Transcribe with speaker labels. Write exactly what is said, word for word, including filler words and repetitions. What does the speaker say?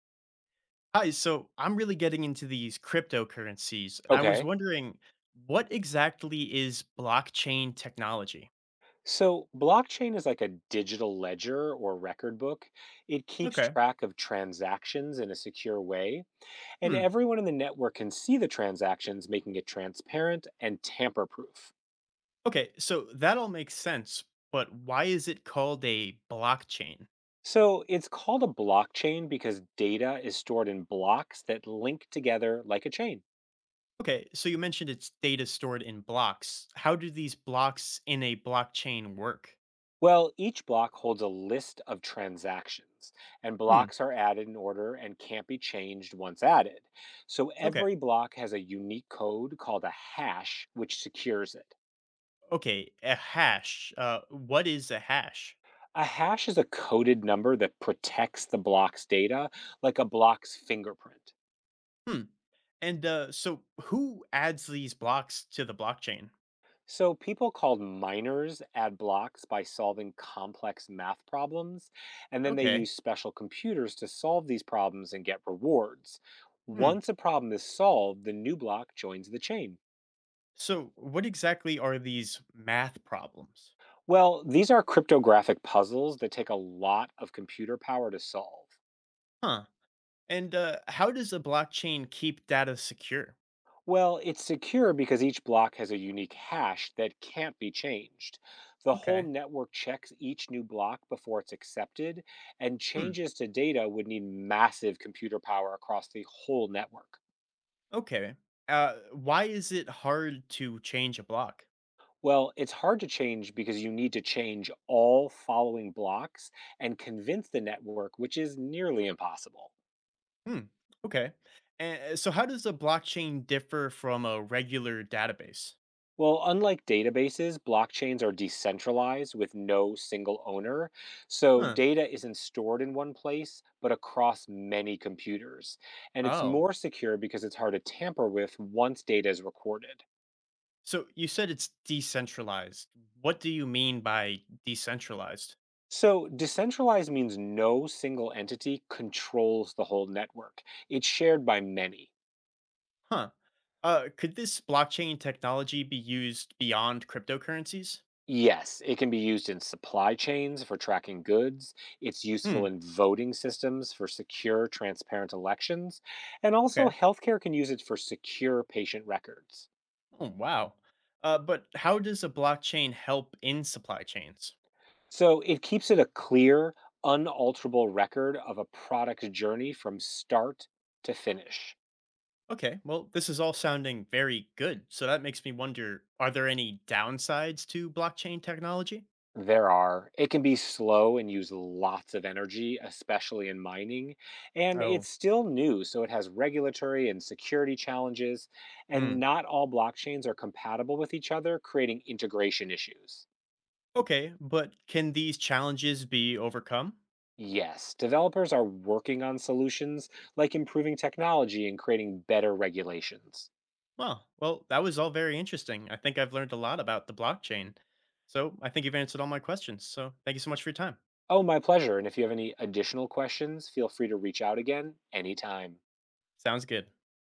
Speaker 1: Hi, so I'm really getting into these cryptocurrencies, and I was
Speaker 2: Okay.
Speaker 1: wondering what exactly is blockchain technology?
Speaker 2: So, blockchain is like a digital ledger or record book. It keeps
Speaker 1: Okay.
Speaker 2: track of transactions in a secure way, and
Speaker 1: Hmm.
Speaker 2: everyone in the network can see the transactions, making it transparent and tamper proof.
Speaker 1: Okay, so that all makes sense, but why is it called a blockchain?
Speaker 2: So, it's called a blockchain because data is stored in blocks that link together like a chain.
Speaker 1: Okay, so you mentioned it's data stored in blocks. How do these blocks in a blockchain work?
Speaker 2: Well, each block holds a list of transactions, and
Speaker 1: Hmm.
Speaker 2: blocks are added in order and can't be changed once added. So
Speaker 1: Okay.
Speaker 2: every block has a unique code called a hash, which secures it.
Speaker 1: Okay, a hash. Uh, what is a hash?
Speaker 2: A hash is a coded number that protects the block's data like a block's fingerprint.
Speaker 1: Hmm. And uh, so who adds these blocks to the blockchain?
Speaker 2: So, people called miners add blocks by solving complex math problems, and then they
Speaker 1: Okay.
Speaker 2: use special computers to solve these problems and get rewards.
Speaker 1: Hmm.
Speaker 2: Once a problem is solved, the new block joins the chain.
Speaker 1: So, what exactly are these math problems?
Speaker 2: Well, these are cryptographic puzzles that take a lot of computer power to solve.
Speaker 1: Huh. And uh, how does a blockchain keep data secure?
Speaker 2: Well, it's secure because each block has a unique hash that can't be changed. The whole
Speaker 1: Okay.
Speaker 2: network checks each new block before it's accepted, and
Speaker 1: Hmm.
Speaker 2: changes to data would need massive computer power across the whole network.
Speaker 1: Okay. Uh, why is it hard to change a block?
Speaker 2: Well, it's hard to change because you need to change all following blocks and convince the network, which is nearly impossible.
Speaker 1: Hmm. Okay. And so, how does a blockchain differ from a regular database?
Speaker 2: Well, unlike databases, blockchains are decentralized with no single owner. So
Speaker 1: Huh.
Speaker 2: data isn't stored in one place, but across many computers. And it's
Speaker 1: Oh.
Speaker 2: more secure because it's hard to tamper with once data is recorded.
Speaker 1: So, you said it's decentralized. What do you mean by decentralized?
Speaker 2: So decentralized means no single entity controls the whole network, it's shared by many.
Speaker 1: Huh. Uh, could this blockchain technology be used beyond cryptocurrencies?
Speaker 2: Yes, it can be used in supply chains for tracking goods. It's
Speaker 1: Hmm.
Speaker 2: useful in voting systems for secure, transparent elections. And also,
Speaker 1: Okay.
Speaker 2: healthcare can use it for secure patient records.
Speaker 1: Oh, wow. Uh, but how does a blockchain help in supply chains?
Speaker 2: So it keeps it a clear, unalterable record of a product journey from start to finish.
Speaker 1: Okay, well, this is all sounding very good. So that makes me wonder, are there any downsides to blockchain technology?
Speaker 2: There are. It can be slow and use lots of energy, especially in mining. And
Speaker 1: Oh,
Speaker 2: it's still new, so it has regulatory and security challenges. And
Speaker 1: mm.
Speaker 2: not all blockchains are compatible with each other, creating integration issues.
Speaker 1: Okay. But can these challenges be overcome?
Speaker 2: Yes, developers are working on solutions like improving technology and creating better regulations.
Speaker 1: Well, well, that was all very interesting. I think I've learned a lot about the blockchain. So I think you've answered all my questions. So thank you so much for your time.
Speaker 2: Oh, my pleasure. And if you have any additional questions, feel free to reach out again anytime.
Speaker 1: Sounds good.